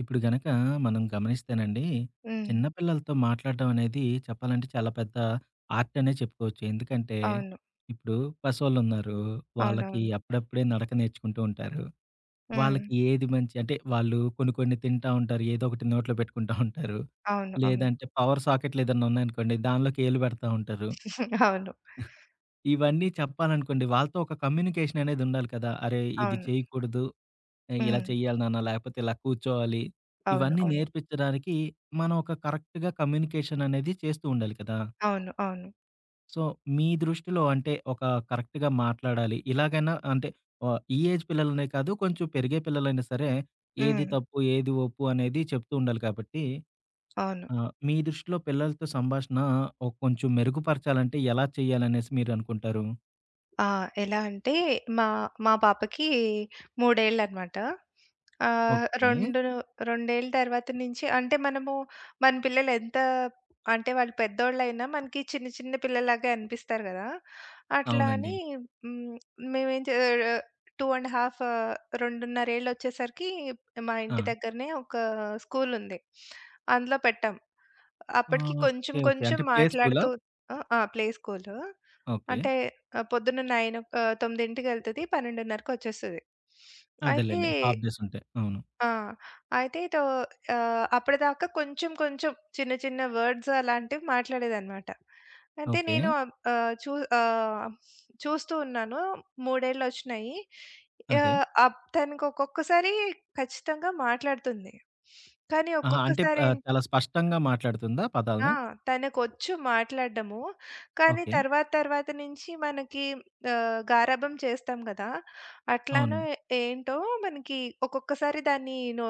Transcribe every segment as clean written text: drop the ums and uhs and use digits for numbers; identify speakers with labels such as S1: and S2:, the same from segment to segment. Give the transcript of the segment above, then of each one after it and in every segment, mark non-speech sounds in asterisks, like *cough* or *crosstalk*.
S1: ఇప్పుడు గనక మనం గమనిస్తేనండి, చిన్న
S2: హ్మ్.
S1: పిల్లలతో మాట్లాడడం అనేది చెప్పాలంటే చాలా పెద్ద ఆర్ట్ అనే చెప్పుకోవచ్చు. ఎందుకంటే,
S2: అవును.
S1: ఇప్పుడు పసోళ్ళున్నారు. వాళ్ళకి
S2: అవునవును.
S1: అప్పుడప్పుడే నడక నేర్చుకుంటూ ఉంటారు.
S2: హ్మ్.
S1: వాళ్ళకి ఏది మంచి అంటే వాళ్ళు కొన్ని కొన్ని తింటా ఉంటారు. ఏదో ఒకటి నోట్లో పెట్టుకుంటా ఉంటారు.
S2: అవును. అవును.
S1: లేదంటే పవర్ సాకెట్లు ఏదన్నా ఉన్నాయనుకోండి, దానిలోకి ఏళ్ళు పెడతా ఉంటారు.
S2: *laughs* అవును.
S1: ఇవన్నీ చెప్పాలనుకోండి వాళ్ళతో ఒక కమ్యూనికేషన్ అనేది ఉండాలి కదా! అరే! ఇది
S2: అవును.
S1: చేయకూడదు, ఇలా
S2: హ్మ్.
S1: చెయ్యాలి నాన్న, లేకపోతే ఇలా కూర్చోవాలి.
S2: అవును.
S1: ఇవన్నీ
S2: అవును.
S1: నేర్పించడానికి మనం ఒక కరెక్ట్‌గా కమ్యూనికేషన్ అనేది చేస్తూ ఉండాలి కదా!
S2: అవును. అవును. అవును.
S1: సో, మీ దృష్టిలో అంటే ఒక కరెక్ట్‌గా మాట్లాడాలి. ఇలాగైనా అంటే ఈ ఏజ్ పిల్లలనే కాదు కొంచెం పెరిగే పిల్లలైనా సరే ఏది
S2: హ్మ్.
S1: తప్పు, ఏది ఒప్పు అనేది చెప్తూ ఉండాలి కాబట్టి,
S2: అవును.
S1: మీ దృష్టిలో పిల్లలతో సంభాషణ ఒక కొంచెం మెరుగుపరచాలంటే ఎలా చేయాలనేసి మీరు అనుకుంటారు?
S2: ఆ! ఎలా అంటే మా మా పాపకి మూడేళ్ళనమాట. ఆహ్,
S1: ఓకే.
S2: రెండు రెండేళ్ళ తర్వాత నుంచి అంటే మన పిల్లలు ఎంత అంటే వాళ్ళు పెద్దోళ్ళైనా మనకి చిన్న చిన్న పిల్లలాగే అనిపిస్తారు గదా! అట్లా
S1: అవునండి.
S2: అని హ్మ్, మేమేం చే 2 ½ 2.5 ఏళ్ళొచ్చేసరికి మా
S1: ఆ!
S2: ఇంటి దగ్గరనే ఒక స్కూలుంది. అందులో పెట్టాం. అప్పటికి కొంచెం
S1: ఓకే. ఓకే.
S2: కొంచెం
S1: అంటే ప్లే స్కూలా?
S2: మాట్లాడుతూ ఆ! ఆ! Play school.
S1: ఓకే.
S2: అంటే ఆ! పొద్దున్న 9కి వచ్చేస్తది. అయితే
S1: అదేలెండి. హాఫ్ డేస్ ఉంటాయి. అవును.
S2: ఆ! అయితే తో ఆహ్, అప్పటిదాకా కొంచెం కొంచెం చిన్న చిన్న వర్డ్స్ అలాంటివి మాట్లాడేదనమాట. అయితే
S1: ఓకే.
S2: నేను ఆహ్, ఆహ్, చూ ఆహ్, చూస్తూ ఉన్నాను. 3 ఏళ్లొచ్చినాయి.
S1: అదే.
S2: ఆహ్, అప్ తనకి ఒక్కొక్కసారి ఖచ్చితంగా మాట్లాడుతుంది. కానీ
S1: ఆహా! అంటే
S2: ఒక్కొక్కసారేం
S1: చాలా స్పష్టంగా మాట్లాడుతుందా
S2: ఆ!
S1: పదాల్ని?
S2: తనకొచ్చు మాట్లాడడము. కానీ
S1: ఓకే.
S2: తర్వాత తర్వాత నుంచి మనకి గారాబం చేస్తాం గదా!
S1: అవును.
S2: అట్లానో ఏంటో మనకి ఒక్కొక్కసారి దాన్ని నో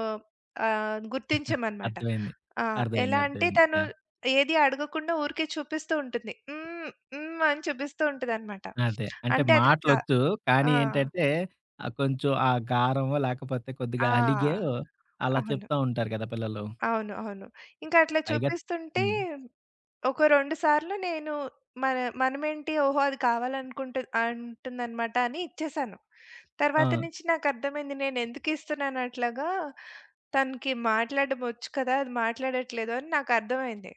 S2: ఆహ్, గుర్తించమనమాట.
S1: అర్థమైంది.
S2: ఆ!
S1: అర్థమైంది.
S2: ఎలా అంటే
S1: అర్థమైంది.
S2: తను
S1: యాహ్!
S2: ఏది అడగకుండా ఊరికే చూపిస్తూ ఉంటుంది. హ్మ్. హ్మ్. అని చూపిస్తూ ఉంటదనమాట.
S1: అదే. అంటే
S2: అంటే అది
S1: మాటలొచ్చు. కానీ
S2: ఆ!
S1: ఏంటంటే కొంచెం ఆ గారమో లేకపోతే కొద్దిగా అలిగే
S2: ఆ!
S1: అలా
S2: అవును.
S1: చెప్తా ఉంటారు కదా! పిల్లలు.
S2: అవును. అవును. ఇంకా అట్లా
S1: పైగా
S2: చూపిస్తుంటే
S1: హ్మ్.
S2: ఒక 2 సార్లు నేను మనమేంటి ఓహో! అది కావాలనుకుంటు అంటుందనమాట అని ఇచ్చేసాను.
S1: ఆ!
S2: తర్వాత నుంచి నాకర్థమైంది నేనెందుకు ఇస్తున్నాను అట్లాగా, తనకి మాట్లాడడం ఒచ్చు కదా! అది మాట్లాడట్లేదు అని నాకర్థమైంది.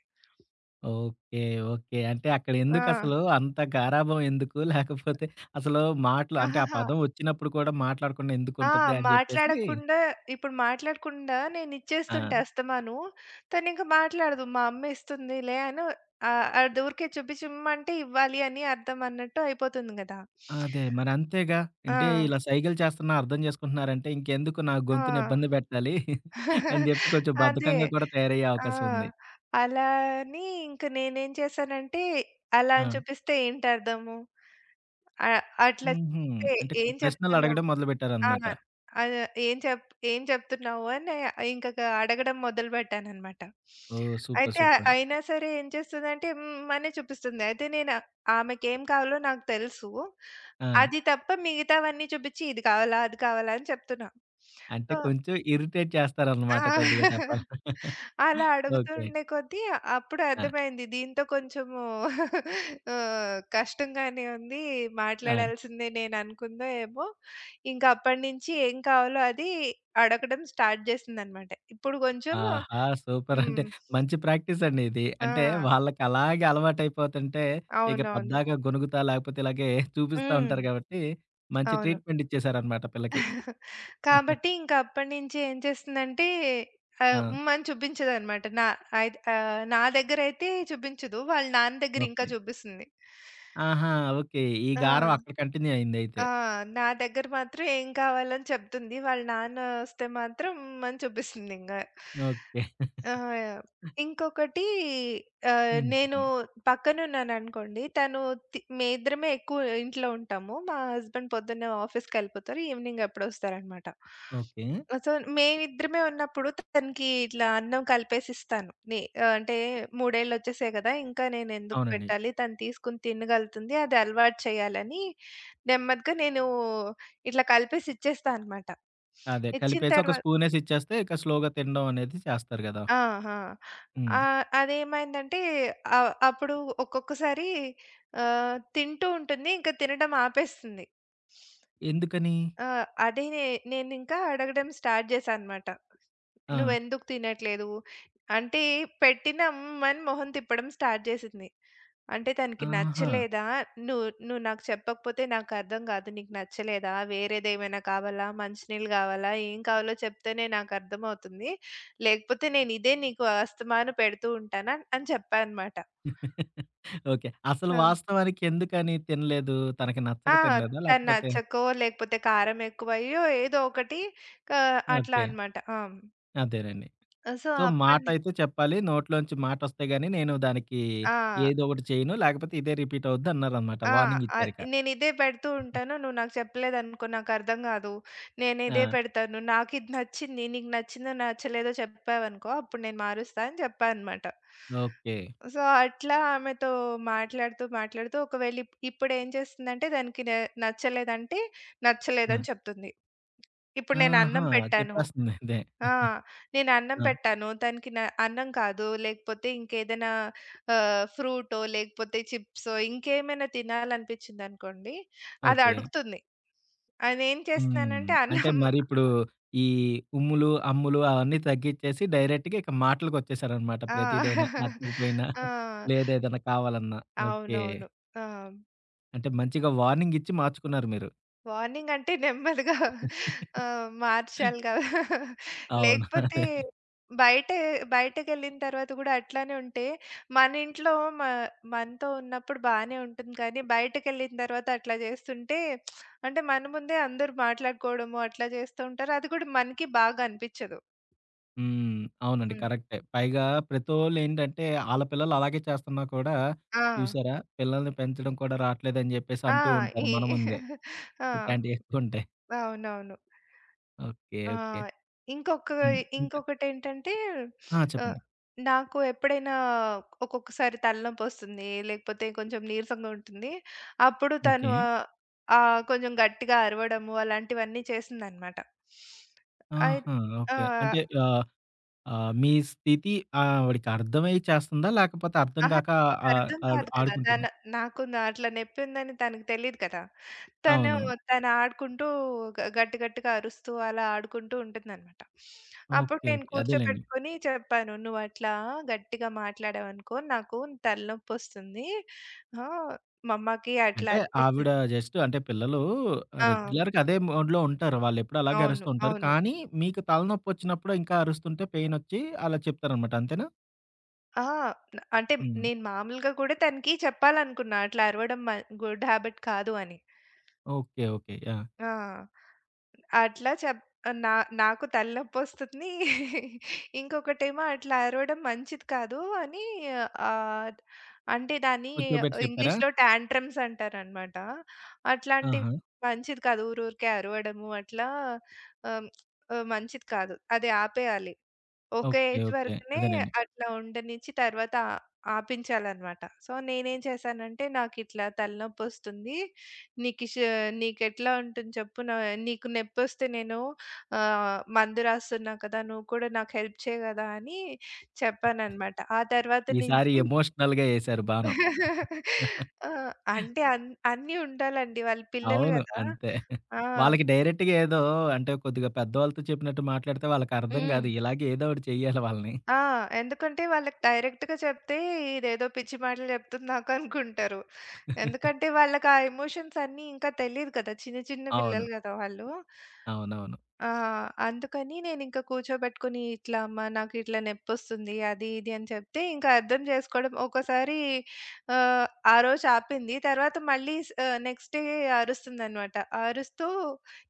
S1: ఓకే. ఓకే. అంటే అక్కడ
S2: ఆ!
S1: ఎందుకసలు అంత గారాబం ఎందుకు? లేకపోతే అసలు మాటలు అంటే ఆ
S2: ఆహాహా!
S1: పదం వచ్చినప్పుడు కూడా మాట్లాడకుండా
S2: ఆ!
S1: ఎందుకుంటది అని చెప్పేసి.
S2: మాట్లాడకుండా ఇప్పుడు మాట్లాడకుండా నేనిచ్చేస్తుంటే
S1: ఆ!
S2: అస్తమాను, తనింక మాట్లాడదు. మా అమ్మ ఇస్తుందిలే అని అది ఊరికే చూపించమంటే ఇవ్వాలి అని అర్థం అన్నట్టు అయిపోతుంది గదా!
S1: అదే. మరంతేగా.
S2: ఆ!
S1: అంటే ఇలా సైగలు చేస్తున్నా అర్థం చేసుకుంటున్నారంటే ఇంకెందుకు నా
S2: ఆ!
S1: గొంతుని ఇబ్బంది పెట్టాలి *laughs* అని
S2: *laughs*
S1: జెప్పి కొంచెం
S2: అదే.
S1: బద్ధకంగా కూడా తయారయ్యే
S2: ఆ!
S1: అవకాశం ఉంది.
S2: అలా అని ఇంక నేనేం చేశానంటే, అలా అని
S1: ఆ!
S2: చూపిస్తే ఏంటర్థము? అ అట్లా
S1: హుహు.
S2: చూపిస్తే
S1: అంటే
S2: ఏం చెప్తున్నావు?
S1: ప్రశ్నలడగడం
S2: ఆ!
S1: మొదలుపెట్టారనమాట.
S2: అదే ఏం చెప్తున్నావు అని ఇంక అడగడం మొదలుపెట్టాననమాట.
S1: ఓహ్! సూపర్.
S2: అయితే
S1: సూపర్.
S2: అయినా సరే ఏం చేస్తదంటే హ్మ్. అనే చూపిస్తుంది. అయితే నేను ఆమెకేం కావాలో నాకు తెలుసు.
S1: ఆ!
S2: అది తప్ప మిగతావన్నీ చూపిచ్చి ఇది కావాలా? అది కావాలా? అని చెప్తున్నా.
S1: అంటే
S2: సో
S1: కొంచెం ఇరిటేట్ చేస్తారనమాట కొద్దిగా
S2: ఆ!
S1: చెప్పాలంటే. *laughs*
S2: అలా అడుగుతూ
S1: ఓకే.
S2: ఉండే కొద్దీ అప్పుడు
S1: ఆ!
S2: అర్థమైంది. దీంతో కొంచెము కష్టంగానే ఉంది.
S1: ఆ!
S2: మాట్లాడాల్సిందే నేను అనుకుందో ఏమో! ఇంకా అప్పటినుంచి ఏం కావాలో అది అడగడం స్టార్ట్ చేసిందనమాట. ఇప్పుడు కొంచెం
S1: ఆహా! సూపర్. అంటే
S2: హ్మ్.
S1: మంచి ప్రాక్టీస్ అండి ఇది.
S2: ఆ!
S1: అంటే వాళ్ళకలాగే అలవాటైపోతుంటే, ఇక
S2: అవునవును.
S1: పద్దాక గొణుగుతా లేకపోతే ఇలాగే చూపిస్తా
S2: హ్మ్.
S1: ఉంటారు కాబట్టి, మంచి
S2: అవును.
S1: ట్రీట్‌మెంట్ ఇచ్చేసారనమాట పిల్లకి.
S2: కాబట్టి ఇంక అప్పటినుంచి ఏం చేస్తుందంటే
S1: ఆ!
S2: హ్మ్. అని చూపించదనమాట. నా దగ్గరైతే చూపించదు. వాళ్ళ నాన్న దగ్గర ఇంకా
S1: ఓకే.
S2: చూపిస్తుంది.
S1: ఆహా! ఓకే. ఈ
S2: ఆ!
S1: గారం అక్కడ కంటిన్యూ అయిందయితే.
S2: ఆ! నా దగ్గర మాత్రం ఏం కావాలని చెప్తుంది. వాళ్ళ నాన్న వస్తే మాత్రం అని చూపిస్తుందింగా.
S1: ఓకే.
S2: ఆ! ఇంకొకటి
S1: హ్మ్.
S2: నేను
S1: చెప్పండి.
S2: పక్కనున్నాననుకోండి, తను మేమిద్దరమే ఎక్కువ ఇంట్లో ఉంటాము. మా హస్బెండ్ పొద్దున్నే ఆఫీస్‌కెళ్ళిపోతారు. ఈవినింగ్ ఎప్పుడోస్తారనమాట.
S1: ఓకే.
S2: సో, మేమిద్దరమే ఉన్నప్పుడు తనకి ఇట్లా అన్నం కలిపేసిస్తాను. అంటే మూడేళ్ళొచ్చేసాయి గదా! ఇంకా నేనెందుకు
S1: అవునండి.
S2: పెట్టాలి? తను తీసుకొని తినగలుగుతుంది. అది అలవాటు చేయాలని నెమ్మదిగా నేను ఇట్లా కలిపేసి ఇచ్చేస్తా అనమాట.
S1: అదే
S2: ఇచ్చిన
S1: కలిపేసి ఒక
S2: తర్వా
S1: స్పూనేసి ఇచ్చేస్తే, ఇక స్లోగా తినడం అనేది చేస్తారు గదా!
S2: ఆహా!
S1: హ్మ్.
S2: అదేమైందంటే అప్పుడు ఒక్కొక్కసారి తింటూ ఉంటుంది. ఇంక తినడం ఆపేస్తుంది.
S1: ఎందుకని?
S2: ఆహ్, అదే నే నేనింకా అడగడం స్టార్ట్ చేశా అనమాట.
S1: ఆ!
S2: నువ్వెందుకు తినట్లేదు? అంటే పెట్టిన అమ్మని మొహం తిప్పడం స్టార్ట్ జేసింది. అంటే తనకి
S1: ఆహా!
S2: నచ్చలేదా? నువ్వు నువ్వు నాకు చెప్పకపోతే నాకర్థం కాదు. నీకు నచ్చలేదా? వేరేదేమైనా కావాలా? మంచినీళ్ళు కావాలా? ఏం కావాలో చెప్తేనే నాకర్థమవుతుంది. లేకపోతే నేను ఇదే నీకు అస్తమాను పెడుతూ ఉంటాను అని చెప్పా అనమాట.
S1: ఓకే. అసలు
S2: ఆ!
S1: వాస్తవానికి ఎందుకని తినలేదు? తనకి నచ్చక
S2: ఆ!
S1: తినలేదా?
S2: తను
S1: లేకపోతే
S2: నచ్చకో, లేకపోతే కారం ఎక్కువయ్యో ఏదో ఒకటి క అట్లా
S1: ఓకే.
S2: అనమాట. ఆ!
S1: అదేనండి.
S2: సో,
S1: సో,
S2: అప్పటి ను
S1: మాటైతే చెప్పాలి. నోట్లోంచి మాటొస్తే గాని నేను దానికి
S2: ఆ!
S1: ఏదో ఒకటి చేయను. లేకపోతే ఇదే రిపీట్ అవుద్దన్నారనమాట.
S2: ఆ!
S1: వార్నింగ్ ఇచ్చారిక.
S2: నేనిదే పెడుతూ ఉంటాను. నువ్వు నాకు చెప్పలేదనుకో నాకర్థం గాదు. నేనిదే
S1: ఆ!
S2: పెడతాను. నాకిది నచ్చింది. నీకు నచ్చిందో నచ్చలేదో చెప్పావనుకో అప్పుడు నేను మారుస్తా అని చెప్పా అనమాట.
S1: ఓకే.
S2: సో, అట్లా ఆమెతో మాట్లాడుతూ, మాట్లాడుతూ ఒకవేళ ఇప్పుడేం చేస్తుందంటే దానికి నచ్చలేదంటే
S1: ఆ!
S2: నచ్చలేదని చెప్తుంది. ఇప్పుడు నేను
S1: ఆహా!
S2: అన్నం పెట్టాను.
S1: చెప్పేస్తుంది. అదే.
S2: ఆ! నేను అన్నం
S1: ఆ!
S2: పెట్టాను. తనకి అన్నం కాదు, లేకపోతే ఇంకేదైనా ఫ్రూటో, లేకపోతే చిప్సో ఇంకేమైనా తినాలనిపించిందనుకోండి, అది
S1: ఓకే.
S2: అడుగుతుంది. నేనేం
S1: హ్మ్.
S2: చేస్తున్నానంటే
S1: అంటే
S2: అన్నం
S1: మరిప్పుడు ఈ ఉమ్ములు, అమ్ములు అవన్నీ తగ్గిచ్చేసి డైరెక్ట్‌గా ఇక మాటలకొచ్చేసారనమాట. ప్రతిదైనా
S2: ఆ!
S1: నచ్చకపోయినా,
S2: ఆ!
S1: లేదా ఏదైనా కావాలన్నా. ఓకే.
S2: అవునవును. ఆ!
S1: అంటే మంచిగా వార్నింగ్ ఇచ్చి మార్చుకున్నారు మీరు.
S2: వార్నింగ్ అంటే నెమ్మదిగా మార్చాలి కదా!
S1: అవును.
S2: లేకపోతే
S1: అదే.
S2: బయటే బయటకెళ్ళిన తర్వాత కూడా అట్లానే ఉంటే, మన ఇంట్లో మ మనతో ఉన్నప్పుడు బానే ఉంటుంది కానీ, బయటకెళ్ళిన తర్వాత అట్లా చేస్తుంటే అంటే మన ముందే అందరూ మాట్లాడుకోవడము అట్లా చేస్తూ ఉంటారు. అది కూడా మనకి బాగా అనిపించదు.
S1: హ్మ్. అవునండి.
S2: హ్మ్.
S1: కరెక్టే. పైగా ప్రతోళ్ళేంటంటే, ఆళ్ళ పిల్లలు అలాగే చేస్తున్నా కూడా,
S2: ఆ!
S1: చూసారా పిల్లల్ని పెంచడం కూడా రాట్లేదని జెప్పేసి
S2: ఆ!
S1: అంటూ ఉంటారు
S2: ఈ
S1: మన ముందే.
S2: *laughs* ఆ!
S1: ఇట్లాంటియి ఎక్కువుంటాయి.
S2: అవునవును.
S1: ఓకే.
S2: ఆ!
S1: ఓకే.
S2: ఇంకొక
S1: హ్మ్. ఇంకా
S2: ఇంకొకటేంటంటే
S1: ఆ!
S2: ఆహ్,
S1: చెప్పండి.
S2: నాకు ఎప్పుడైనా ఒక్కొక్కసారి తలనొప్పొస్తుంది. లేకపోతే కొంచెం నీరసంగా ఉంటుంది. అప్పుడు తను
S1: ఓకే.
S2: ఆహ్, ఆహ్, కొంచెం గట్టిగా అరవడము అలాంటివన్నీ చేసిందనమాట. అయి
S1: ఆహా!
S2: ఆ!
S1: ఓకే. అంటే ఆహ్, ఆహ్, మీ స్థితి ఆవిడకి అర్థమయ్యి చేస్తుందా? లేకపోతే అర్థం
S2: అహా!
S1: గాక
S2: తనకర్థం
S1: ఆడు
S2: కాదు కదా!
S1: ఆడుకుంటుందా?
S2: నాకు అట్లా నొప్పుందని తనకు తెలీదు కదా! తను
S1: అవును.
S2: తను ఆడుకుంటూ గ గట్టి గట్టిగా అరుస్తూ అలా ఆడుకుంటూ ఉంటుందనమాట. అప్పుడు
S1: ఓకే.
S2: నేను
S1: ఓకే. అదేలెండి.
S2: కూర్చోపెట్టుకొని చెప్పాను. "నువ్వట్లా గట్టిగా మాట్లాడావనుకో నాకు తలనొప్పొస్తుంది. ఆ! మా అమ్మకి అట్లా
S1: అంటే ఆవిడ
S2: అనిపిస్తుంది".
S1: జస్ట్ అంటే పిల్లలు
S2: ఆ!
S1: రెగ్యులర్‌గా అదే మోడ్‌లో ఉంటారు. వాళ్ళెప్పుడు అలాగే
S2: అవును.
S1: అరుస్తూ ఉంటారు.
S2: అవును.
S1: కానీ మీకు తలనొప్పొచ్చినప్పుడు ఇంకా అరుస్తుంటే పెయినొచ్చి అలా చెప్తారనమాట. అంతేనా?
S2: ఆ! అంటే
S1: హ్మ్.
S2: నేను మామూలుగా కూడా తనకి చెప్పాలనుకున్నా. అట్లా అరవడం గుడ్ హాబిట్ కాదు అని.
S1: ఓకే. ఓకే. యాహ్!
S2: ఆ! అట్లా చెప్ నా నాకు తలనొప్పొస్తుంది. *laughs* ఇంకొకటేమో అట్లా అరవడం మంచిది కాదు అని ఆహ్, అంటే దాన్ని
S1: కూర్చోబెట్టి చెప్పారా?
S2: ఇంగ్లీష్‌లో టాంట్రమ్స్ అంటారనమాట. అట్లాంటివి
S1: ఆహా!
S2: మంచిది కాదు. ఊరూరికే అరవడము అట్లా ఆహ్, మంచిది కాదు. అది ఆపేయాలి. ఒక
S1: ఓకే.
S2: Age
S1: okay.
S2: వరకునే
S1: అదేనండి.
S2: అట్లా ఉండనిచ్చి తర్వాత ఆపించాలనమాట. సో, నేనేం చేశానంటే, నాకిట్లా తలనొప్పొస్తుంది. నీకిష నీకెట్లా ఉంటుంది చెప్పు. నీకు నొప్పొస్తే నేను మందు రాస్తున్నా కదా! నువ్వు కూడా నాకు హెల్ప్ చేయి గదా! అని చెప్పాననమాట. ఆ తర్వాత
S1: ఈసారి
S2: నుంచి
S1: ఎమోషనల్‌గా ఎసారు బాణం.
S2: *laughs* ఆ! అంటే అన్నీ ఉండాలండి. వాళ్ళు పిల్లలు
S1: అవును.
S2: గదా!
S1: అంతే.
S2: ఆ!
S1: వాళ్ళకి డైరెక్ట్‌గా ఏదో అంటే కొద్దిగా పెద్దవాళ్ళతో చెప్పినట్టు మాట్లాడితే వాళ్ళకర్థం
S2: హ్మ్.
S1: కాదు. ఇలాగే ఏదో ఒకటి చెయ్యాలి వాళ్ళని.
S2: ఆ! ఎందుకంటే వాళ్ళకి డైరెక్ట్‌గా చెప్తే ఇదేదో పిచ్చి మాటలు చెప్తుంది నాకు అనుకుంటారు.
S1: *laughs*
S2: ఎందుకంటే వాళ్ళకి ఆ ఎమోషన్స్ అన్నీ ఇంకా తెలీదు కదా! చిన్న చిన్న
S1: అవును.
S2: పిల్లలు కదా! వాళ్ళు.
S1: అవునవును.
S2: ఆ! అందుకని నేనింక కూర్చోబెట్టుకొని ఇట్లా అమ్మ నాకిట్లా నొప్పొస్తుంది అది ఇది అని చెప్తే ఇంక అర్థం చేసుకోవడం ఒక్కోసారి ఆహ్, ఆ రోజు ఆపింది. తర్వాత మళ్ళీ నెక్స్ట్ డే అరుస్తుందనమాట. అరుస్తూ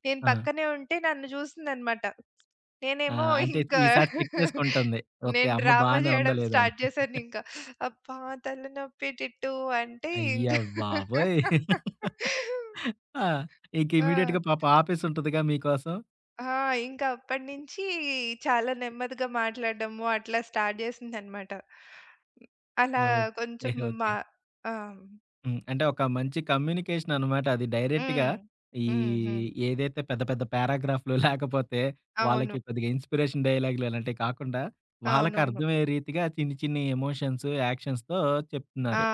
S2: నేను
S1: ఆ!
S2: పక్కనే ఉంటే నన్ను చూసిందనమాట.
S1: ఆ!
S2: నేనేమో
S1: అంటే
S2: ఇంకా
S1: ఈసారి చెక్
S2: *laughs*
S1: చేసుకుంటుంది. ఓకే.
S2: నేను
S1: అమ్మ
S2: డ్రామా
S1: బానే ఉందా
S2: జేయడం
S1: లేదా అని.
S2: స్టార్ట్ చేశానింకా. అబ్బా! తలనొప్పి టిట్టు అంటే
S1: అయ్య
S2: ఇంకా
S1: బాబోయ్!
S2: *laughs*
S1: ఆ! ఇంక
S2: ఆ!
S1: ఇమ్మీడియేట్‌గా పాపం ఆపేసుంటదిగా మీకోసం.
S2: ఆ! ఇంక అప్పటినుంచి చాలా నెమ్మదిగా మాట్లాడడము అట్లా స్టార్ట్ చేసిందనమాట. అలా
S1: ఓకే.
S2: కొంచెం
S1: ఓకే.
S2: మా ఆ!
S1: హ్మ్. అంటే ఒక మంచి కమ్యూనికేషన్ అనమాట అది. డైరెక్ట్‌గా
S2: హ్మ్.
S1: ఈ
S2: హ్మ్. హ్మ్.
S1: ఏదైతే పెద్ద పెద్ద పారాగ్రాఫ్‌లు లేకపోతే వాళ్ళకి
S2: అవును.
S1: కొద్దిగా ఇన్‌స్పిరేషన్ డైలాగ్‌లు ఇలాంటివి కాకుండా వాళ్ళకి
S2: అవునవును.
S1: అర్థమయ్యే రీతిగా చిన్ని చిన్ని ఎమోషన్స్, యాక్షన్స్‌తో
S2: ఆ!
S1: చెప్తున్నారు.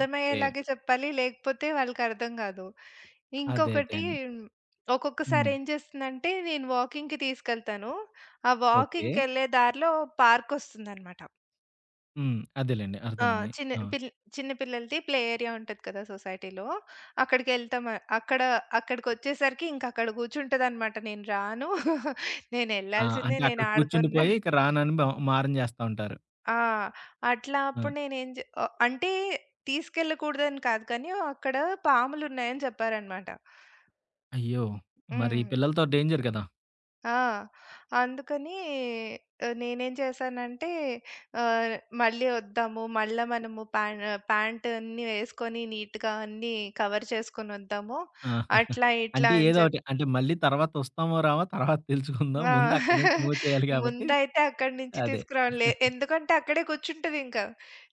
S1: ఓకే.
S2: చెప్పాలి. లేకపోతే వాళ్ళకర్థం కాదు.
S1: అదే అదే
S2: ఇంకొకటి
S1: అండి.
S2: ఒక్కొక్కసారి
S1: హ్మ్.
S2: ఏం చేస్తుందంటే నేను వాకింగ్‌కి తీసుకెళ్తాను. ఆ
S1: ఓకే.
S2: వాకింగ్‌కెళ్ళే దారిలో పార్కొస్తుందనమాట.
S1: హ్మ్. అదేలెండి.
S2: ఆ!
S1: అర్థమైంది.
S2: చిన్న
S1: ఆ!
S2: పిల్ చిన్న పిల్లలది ప్లే ఏరియా ఉంటది కదా! సొసైటీలో. అక్కడికెళ్తాం. అక్కడ అక్కడికొచ్చేసరికి ఇంక అక్కడ కూర్చుంటదనమాట. నేను రాను. *laughs*
S1: ఆ!
S2: నేనెళ్ళాల్సిందే.
S1: అంటే అక్కడ
S2: నేను ఆడుకొని రా
S1: కూర్చుండిపోయి ఇక రానని మారం చేస్తా ఉంటారు.
S2: ఆ! అట్లా
S1: ఆ!
S2: అప్పుడు అంటే తీసుకెళ్ళకూడదని కాదు కానీ, అక్కడ పాములున్నాయని చెప్పారనమాట.
S1: అయ్యో! మరి
S2: హ్మ్.
S1: పిల్లలతో డేంజర్ కదా!
S2: ఆ! అందుకని నేనేం చేశానంటే ఆహ్, మళ్ళీ వద్దాము. మళ్ళా మనము ప్యాంట్ అన్నీ వేసుకొని నీట్‌గా అన్నీ కవర్ చేసుకొనొద్దాము.
S1: ఆ! *laughs*
S2: అట్లా ఇట్లా
S1: అంటే
S2: అని
S1: ఏదో ఒకటి
S2: చెప్పి
S1: అంటే మళ్ళీ తర్వాత వస్తామో రామో తర్వాత తెలుసుకుందాం.
S2: ఆ!
S1: ముందు అక్కడి నుంచి
S2: *laughs*
S1: మూవ్ చేయాలి కాబట్టి
S2: ముందైతే అక్కడి నుంచి
S1: అదే.
S2: తీసుకురావాలి. ఎందుకంటే అక్కడే కూర్చుంటదింక.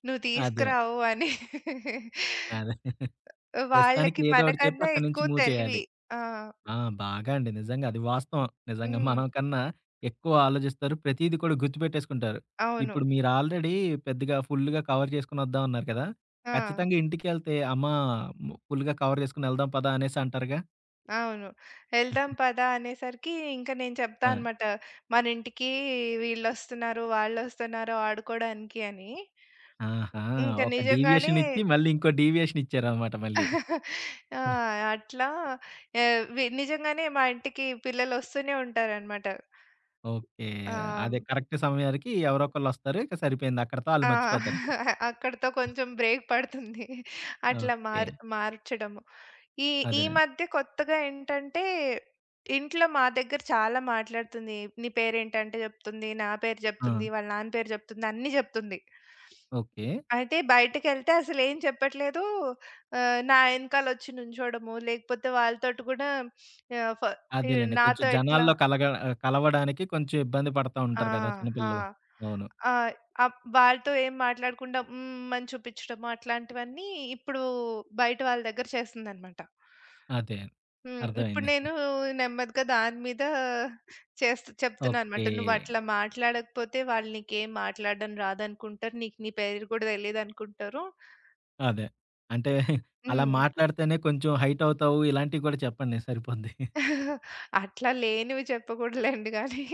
S2: నువ్వు
S1: అదే.
S2: తీసుకురావు అని. *laughs*
S1: అదే. ప్రస్తుతానికి
S2: వాళ్ళకి
S1: ఏదో ఒకటి చెప్పి
S2: మనకన్నా
S1: అక్కడి నుంచి
S2: ఎక్కువ
S1: మూవ్ చేయాలి.
S2: తెలివి. ఆ!
S1: ఆ! బాగా అండి. నిజంగా అది వాస్తవం. నిజంగా
S2: హ్మ్.
S1: మనం కన్నా ఎక్కువ ఆలోచిస్తారు. ప్రతీది కూడా గుర్తుపెట్టేసుకుంటారు.
S2: అవును.
S1: ఇప్పుడు మీరు ఆల్రెడీ పెద్దగా ఫుల్లుగా కవర్ చేసుకొనొద్దాం అన్నారు కదా!
S2: ఆ!
S1: ఖచ్చితంగా ఇంటికెళ్తే అమ్మా ఫుల్‌గా కవర్ చేసుకొని ఎళ్దాం పదా అనేసి అంటారుగా?
S2: అవును. "ఎళ్దాం పదా" అనేసరికి ఇంక నేను చెప్తా
S1: ఆ!
S2: అనమాట. మనింటికి వీళ్ళొస్తున్నారు, వాళ్ళొస్తున్నారు ఆడుకోడానికి అని.
S1: ఆహా!
S2: ఇంక
S1: ఒక
S2: నిజంగానే
S1: డీవియేషన్ ఇచ్చి మళ్ళీ ఇంకో డీవియేషన్ ఇచ్చారన్నమాట మళ్ళీ.
S2: *laughs* ఆ! అట్లా ఆహ్, వి నిజంగానే మా ఇంటికి పిల్లలొస్తూనే ఉంటారనమాట.
S1: ఓకే. అదే
S2: ఆహ్,
S1: కరెక్ట్ సమయానికి ఎవరో ఒకళ్ళొస్తారు. ఇక సరిపోయింది. అక్కడితో ఆళ్ళు
S2: ఆ!
S1: మర్చిపోతారిక.
S2: *laughs* అక్కడితో కొంచెం బ్రేక్ పడుతుంది. అట్లా
S1: ఓకే.
S2: మార్చడము. ఈ ఈ
S1: అదేనండి.
S2: మధ్య కొత్తగా ఏంటంటే, ఇంట్లో మా దగ్గర చాలా మాట్లాడుతుంది. "నీ పేరేంటంటే" చెప్తుంది. నా పేరు
S1: ఆ!
S2: చెప్తుంది. వాళ్ళ నాన్న పేరు చెప్తుంది. అన్నీ చెప్తుంది.
S1: ఓకే.
S2: అయితే బయటకెళ్తే అసలేం చెప్పట్లేదు. నా ఎనకాలొచ్చి నుంచోడము, లేకపోతే వాళ్ళతోటి కూడా ఆహ్, ఫ ఈ
S1: అదేలెండి. కొంచెం
S2: నాతో ఇట్లా
S1: జనాల్లో కలవడానికి కొంచెం ఇబ్బంది పడతా
S2: ఆ!
S1: ఉంటారు కదా! చిన్న
S2: ఆ!
S1: పిల్లలు. అవును.
S2: ఆ! వాళ్ళతో ఏం మాట్లాడకుండా హ్మ్. అని చూపించడము అట్లాంటివన్నీ ఇప్పుడు బయట వాళ్ళ దగ్గర చేస్తుందనమాట.
S1: అదే.
S2: హ్మ్. ఇప్పుడు
S1: అర్థమైంది.
S2: నేను నెమ్మదిగా దాని మీద చేస్తూ
S1: ఓకే.
S2: చెప్తున్నాననమాట. "నువ్వట్లా మాట్లాడకపోతే వాళ్ళు నీకేం మాట్లాడడం రాదనుకుంటారు. నీకు నీ పేరు కూడా తెలీదనుకుంటారు."
S1: అదే. అంటే అలా
S2: హ్మ్.
S1: మాట్లాడితేనే కొంచెం హైట్ అవుతావు ఇలాంటివి కూడా చెప్పండి సరిపోద్ది.
S2: *laughs* అట్లా లేనివి చెప్పకూడదులెండి గానీ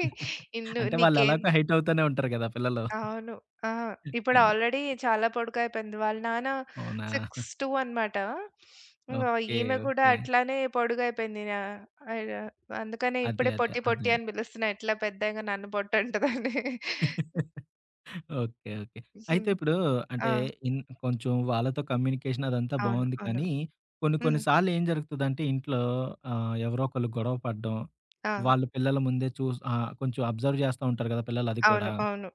S2: ఇన్ను
S1: అంటే వాళ్ళు
S2: నీకేం
S1: ఎలాగో హైట్ అవుతూనే ఉంటారు కదా! పిల్లలు.
S2: అవును. ఆ! ఇప్పుడు
S1: అది.
S2: ఆల్రెడీ చాలా పొడుగయిపోయింది. వాళ్ళ నాన్న
S1: అవునా?
S2: 6'2" అనమాట. ఇంగ
S1: ఓకే.
S2: ఈమె కూడా
S1: ఓకే.
S2: అట్లానే పొడుగయిపోయింది. ఆహ్, అందుకనే
S1: అదే.
S2: ఇప్పుడే
S1: అదే.
S2: పొట్టి పొట్టి
S1: అర్థమైంది.
S2: అని పిలుస్తున్నా. ఎట్లా పెద్దగా నన్ను పొట్టంటదని.
S1: ఓకే. ఓకే. అయితే
S2: హ్మ్.
S1: ఇప్పుడు అంటే
S2: ఆ!
S1: ఇన్ కొంచెం వాళ్ళతో కమ్యూనికేషన్ అదంతా
S2: అవును.
S1: బావుంది
S2: అవును.
S1: కానీ, కొన్ని కొన్ని
S2: హ్మ్.
S1: సార్లు ఏం జరుగుతదంటే ఇంట్లో ఎవరో ఒకళ్ళు గొడవ పడడం,
S2: ఆ!
S1: వాళ్ళ పిల్లల ముందే కొంచెం అబ్జర్వ్ చేస్తా ఉంటారు కదా! పిల్లలు అది కూడా.
S2: అవును. అవును.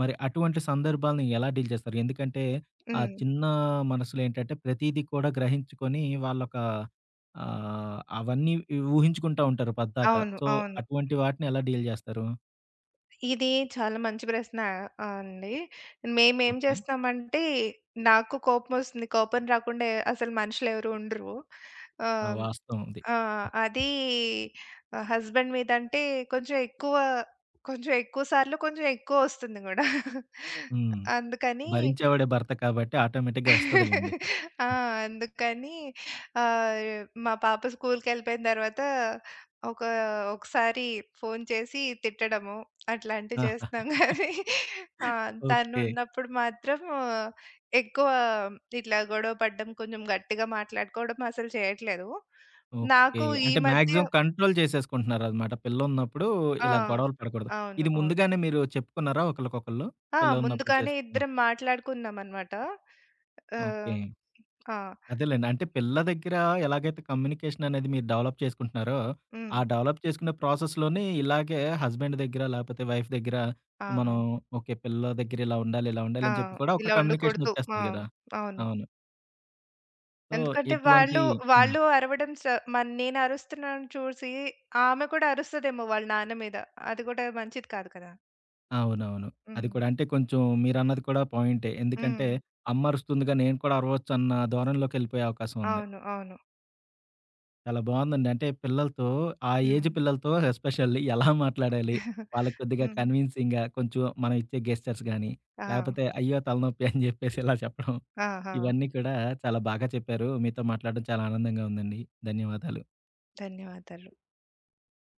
S1: మరి అటువంటి సందర్భాలను ఎలా డీల్ చేస్తారు? ఎందుకంటే ఆ
S2: హ్మ్.
S1: చిన్న మనసులో ఏంటంటే ప్రతీదీ కూడా గ్రహించుకొని వాళ్ళొక అవన్నీ ఊహించుకుంటా ఉంటారు పద్దాక.
S2: అవును.
S1: సో,
S2: అవును.
S1: అటువంటి వాటిని ఎలా డీల్ చేస్తారు?
S2: ఇది చాలా మంచి ప్రశ్న అండి. మేమేం
S1: ఓకే.
S2: చేస్తామంటే నాకు కోపమొస్తుంది. కోపం రాకుండా అసలు మనుషులెవరు ఉండరు.
S1: ఆ!
S2: ఆహ్
S1: వాస్తవం అది.
S2: ఆ! అది హస్బెండ్ మీదంటే కొంచెం ఎక్కువ, కొంచెం ఎక్కువ సార్లు కొంచెం ఎక్కువొస్తుంది గూడా.
S1: హ్మ్.
S2: అందుకని
S1: భరించేవాడే భర్త కాబట్టి ఆటోమేటిక్‌గా వస్తదిలెండి.
S2: *laughs* ఆ! అందుకని ఆహ్, మా పాప స్కూలుకెళ్ళిపోయిన తర్వాత ఒక ఒకసారి ఫోను చేసి తిట్టడము అట్లాంటివి చేస్తున్నాం గానీ ఆ!
S1: ఓకే.
S2: తనున్నప్పుడు మాత్రం ఆ, ఎక్కువ ఇట్లా గొడవ పడడం, కొంచెం గట్టిగా మాట్లాడుకోవడం అసలు చేయట్లేదు.
S1: ఓకే.
S2: నాకు ఈ
S1: అంటే
S2: మధ్య
S1: మాక్సిమం కంట్రోల్ చేసేసుకుంటున్నారనమాట. పిల్లున్నప్పుడు
S2: ఆ!
S1: ఇలా గొడవలు పడకూడదు.
S2: అవును.
S1: ఇది
S2: అవును.
S1: ముందుగానే మీరు చెప్పుకున్నారా ఒకళ్ళకొకళ్ళు?
S2: ఆ!
S1: పిల్లున్నప్పుడు
S2: ముందుగానే
S1: చేసుకున్నా
S2: ఇద్దరం మాట్లాడుకున్నామనమాట.
S1: ఓకే.
S2: ఆహ్, ఆ!
S1: అదేలెండి. అంటే పిల్ల దగ్గర ఎలాగైతే కమ్యూనికేషన్ అనేది మీరు డెవలప్ చేసుకుంటున్నారో,
S2: హ్మ్.
S1: ఆ డెవలప్ చేసుకునే ప్రాసెస్‌లోనే ఇలాగే హస్బెండ్ దగ్గర లేకపోతే వైఫ్ దగ్గర మనం
S2: ఆ!
S1: ఓకే. పిల్ల దగ్గర ఇలా ఉండాలి, ఇలా ఉండాలి
S2: ఆ!
S1: అని చెప్పి కూడా ఒక
S2: ఇలా
S1: కమ్యూనికేషన్
S2: ఉండకూడదు. ఆ!
S1: వచ్చేస్తది గదా!
S2: అవును.
S1: అవును. సో,
S2: ఎందుకంటే
S1: ఇటువంటి
S2: వాళ్ళు,
S1: హ్మ్.
S2: వాళ్ళు అరవడం నేను అరుస్తున్నాను చూసి ఆమె కూడా అరుస్తదేమో వాళ్ళ నాన్న మీద. అది కూడా మంచిది కాదు కదా!
S1: అవునవును. అది
S2: హ్మ్.
S1: కూడా అంటే కొంచెం మీరన్నది కూడా పాయింటే.
S2: హ్మ్.
S1: ఎందుకంటే అమ్మ అరుస్తుందిగా నేను కూడా అరవచ్చు అన్న ధోరణిలోకెళ్ళిపోయే అవకాశం ఉంది.
S2: అవును. అవును.
S1: చాలా బావుందండి. అంటే పిల్లలతో ఆ ఏజ్
S2: హ్మ్.
S1: పిల్లలతో ఎస్పెషల్లీ ఎలా మాట్లాడాలి?
S2: *laughs*
S1: వాళ్ళకి కొద్దిగా
S2: హ్మ్.
S1: కన్విన్సింగ్‌గా కొంచెం మనం ఇచ్చే గెస్చర్స్ గాని,
S2: ఆ!
S1: లేకపోతే అయ్యో! తలనొప్పి అని జెప్పేసి ఇలా చెప్పడం.
S2: ఆహా!
S1: ఇవన్నీ కూడా చాలా బాగా చెప్పారు. మీతో మాట్లాడడం చాలా ఆనందంగా ఉందండి. ధన్యవాదాలు.
S2: ధన్యవాదాలు.